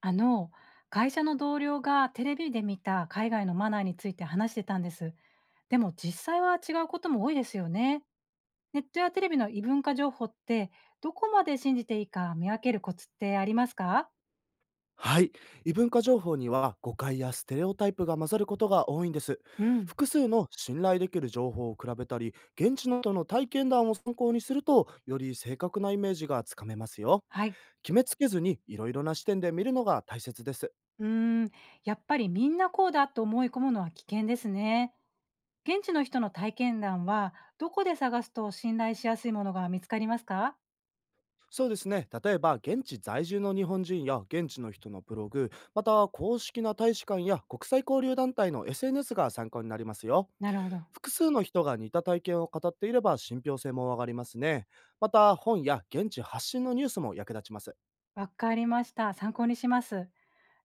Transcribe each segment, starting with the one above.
あの、会社の同僚がテレビで見た海外のマナーについて話してたんです。でも実際は違うことも多いですよね。ネットやテレビの異文化情報って、どこまで信じていいか見分けるコツってありますか？はい。異文化情報には誤解やステレオタイプが混ざることが多いんです。うん、複数の信頼できる情報を比べたり、現地の人の体験談を参考にすると、より正確なイメージがつかめますよ。はい。決めつけずにいろいろな視点で見るのが大切です。うーん、やっぱりみんなこうだと思い込むのは危険ですね。現地の人の体験談はどこで探すと信頼しやすいものが見つかりますか？そうですね。例えば、現地在住の日本人や現地の人のブログ、また公式な大使館や国際交流団体の SNS が参考になりますよ。なるほど。複数の人が似た体験を語っていれば信憑性も上がりますね。また、本や現地発信のニュースも役立ちます。わかりました。参考にします。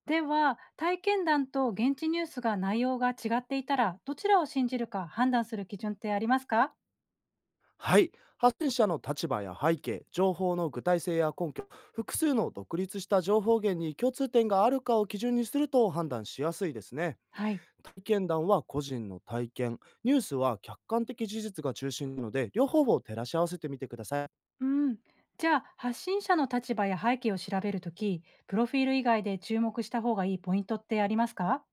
では、体験談と現地ニュースが内容が違っていたら、どちらを信じるか判断する基準ってありますか？はい。発信者の立場や背景、情報の具体性や根拠、複数の独立した情報源に共通点があるかを基準にすると判断しやすいですね。はい。体験談は個人の体験、ニュースは客観的事実が中心なので、両方を照らし合わせてみてください。うん。じゃあ、発信者の立場や背景を調べるとき、プロフィール以外で注目した方がいいポイントってありますか？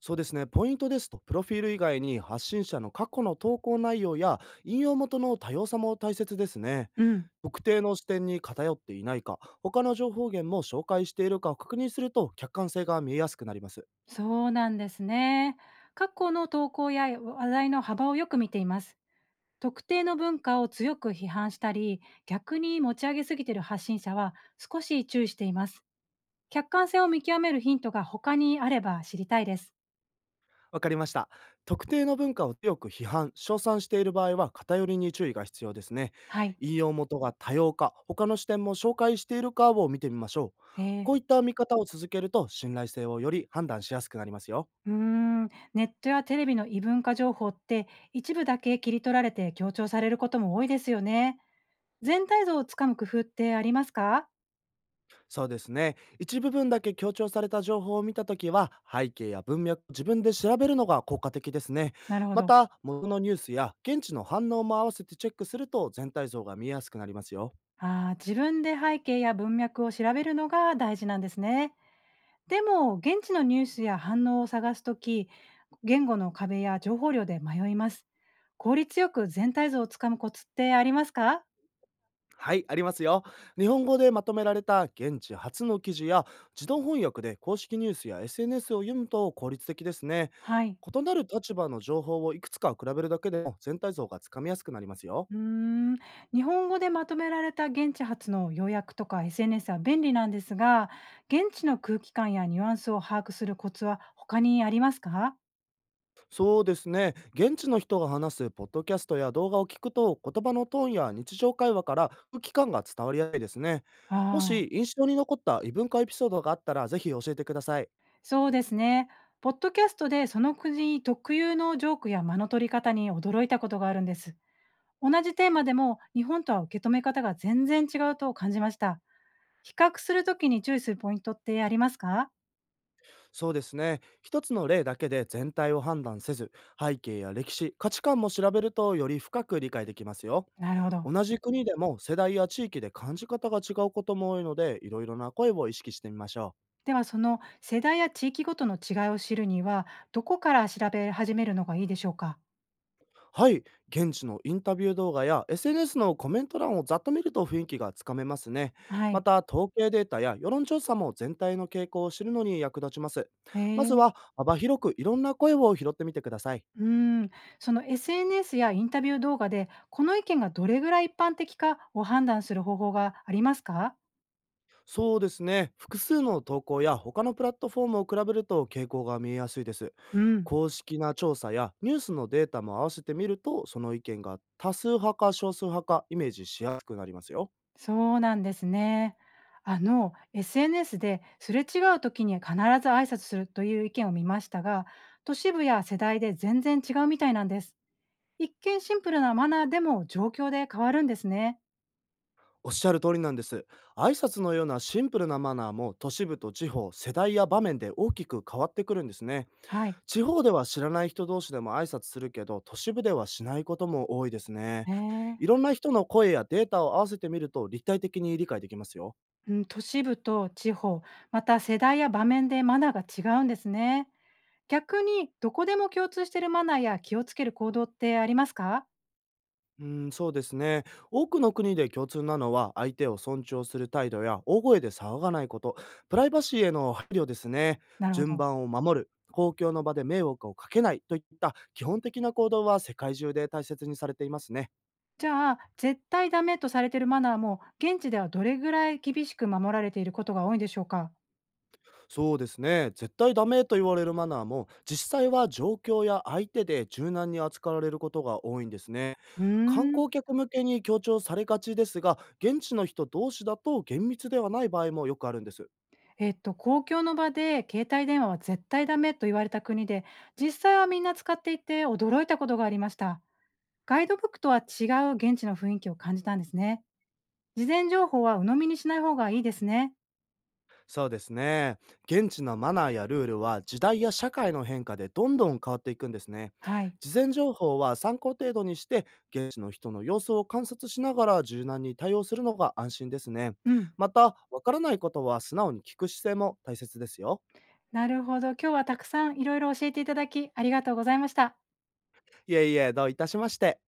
そうですね。ポイントですと、プロフィール以外に発信者の過去の投稿内容や引用元の多様さも大切ですね。うん、特定の視点に偏っていないか、他の情報源も紹介しているかを確認すると客観性が見えやすくなります。そうなんですね。過去の投稿や話題の幅をよく見ています。特定の文化を強く批判したり、逆に持ち上げすぎている発信者は少し注意しています。客観性を見極めるヒントが他にあれば知りたいです。わかりました。特定の文化を強く批判、称賛している場合は偏りに注意が必要ですね。はい。引用元が多様か、他の視点も紹介しているかを見てみましょう。えこういっー。た見方を続けると信頼性をより判断しやすくなりますよ。うーん。ネットやテレビの異文化情報って、一部だけ切り取られて強調されることも多いですよね。全体像をつかむ工夫ってありますか？そうですね。一部分だけ強調された情報を見たときは、背景や文脈を自分で調べるのが効果的ですね。なるほまど。た、元のニュースや現地の反応も合わせてチェックすると全体像が見えやすくなりますよ。あー、自分で背景や文脈を調べるのが大事なんですね。でも、現地のニュースや反応を探すとき、言語の壁や情報量で迷います。効率よく全体像をつかむコツってありますか？はい、ありますよ。日本語でまとめられた現地初の記事や、自動翻訳で公式ニュースや SNS を読むと効率的ですね。はい。異なる立場の情報をいくつか比べるだけでも全体像がつかみやすくなりますよ。うーん、日本語でまとめられた現地発の要約とか SNS は便利なんですが、現地の空気感やニュアンスを把握するコツは他にありますか？そうですね。現地の人が話すポッドキャストや動画を聞くと、言葉のトーンや日常会話から空気感が伝わりやすいですね。もああ、し印象に残った異文化エピソードがあったら、ぜひ教えてください。そうですね。ポッドキャストでその国特有のジョークや間の取り方に驚いたことがあるんです。同じテーマでも日本とは受け止め方が全然違うと感じました。比較するときに注意するポイントってありますか？そうですね。一つの例だけで全体を判断せず、背景や歴史、価値観も調べるとより深く理解できますよ。なるほど。同じ国でも世代や地域で感じ方が違うことも多いので、いろいろな声を意識してみましょう。ではその世代や地域ごとの違いを知るには、どこから調べ始めるのがいいでしょうか？はい、現地のインタビュー動画や SNS のコメント欄をざっと見ると雰囲気がつかめますね。はまい。た、統計データや世論調査も全体の傾向を知るのに役立ちます。へまずえ。は幅広くいろんな声を拾ってみてください。うーん。その SNS やインタビュー動画で、この意見がどれぐらい一般的かを判断する方法がありますか？そうですね、複数の投稿や他のプラットフォームを比べると傾向が見えやすいです。うん、公式な調査やニュースのデータも合わせてみると、その意見が多数派か少数派かイメージしやすくなりますよ。そうなんですね。あの SNS ですれ違う時に必ず挨拶するという意見を見ましたが、都市部や世代で全然違うみたいなんです。一見シンプルなマナーでも状況で変わるんですね。おっしゃる通りなんです。挨拶のようなシンプルなマナーも都市部と地方、世代や場面で大きく変わってくるんですね。はい。地方では知らない人同士でも挨拶するけど、都市部ではしないことも多いですね。ええ、いろんな人の声やデータを合わせてみると立体的に理解できますよ。うん、都市部と地方、また世代や場面でマナーが違うんですね。逆にどこでも共通しているマナーや気をつける行動ってありますか？うん、そうですね。多くの国で共通なのは、相手を尊重する態度や大声で騒がないこと、プライバシーへの配慮ですね、なるほ順ど。番を守る、公共の場で迷惑をかけないといった基本的な行動は世界中で大切にされていますね。じゃあ、絶対ダメとされているマナーも、現地ではどれぐらい厳しく守られていることが多いんでしょうか？そうですね。絶対ダメと言われるマナーも、実際は状況や相手で柔軟に扱われることが多いんですね。う観ーん。光客向けに強調されがちですが、現地の人同士だと厳密ではない場合もよくあるんです。公共の場で携帯電話は絶対ダメと言われた国で、実際はみんな使っていて驚いたことがありました。ガイドブックとは違う現地の雰囲気を感じたんですね。事前情報は鵜呑みにしない方がいいですね。そうですね。現地のマナーやルールは時代や社会の変化でどんどん変わっていくんですね。はい。事前情報は参考程度にして、現地の人の様子を観察しながら柔軟に対応するのが安心ですね。うん。また、わからないことは素直に聞く姿勢も大切ですよ。なるほど。今日はたくさんいろいろ教えていただき、ありがとうございました。いえいえ、どういたしまして。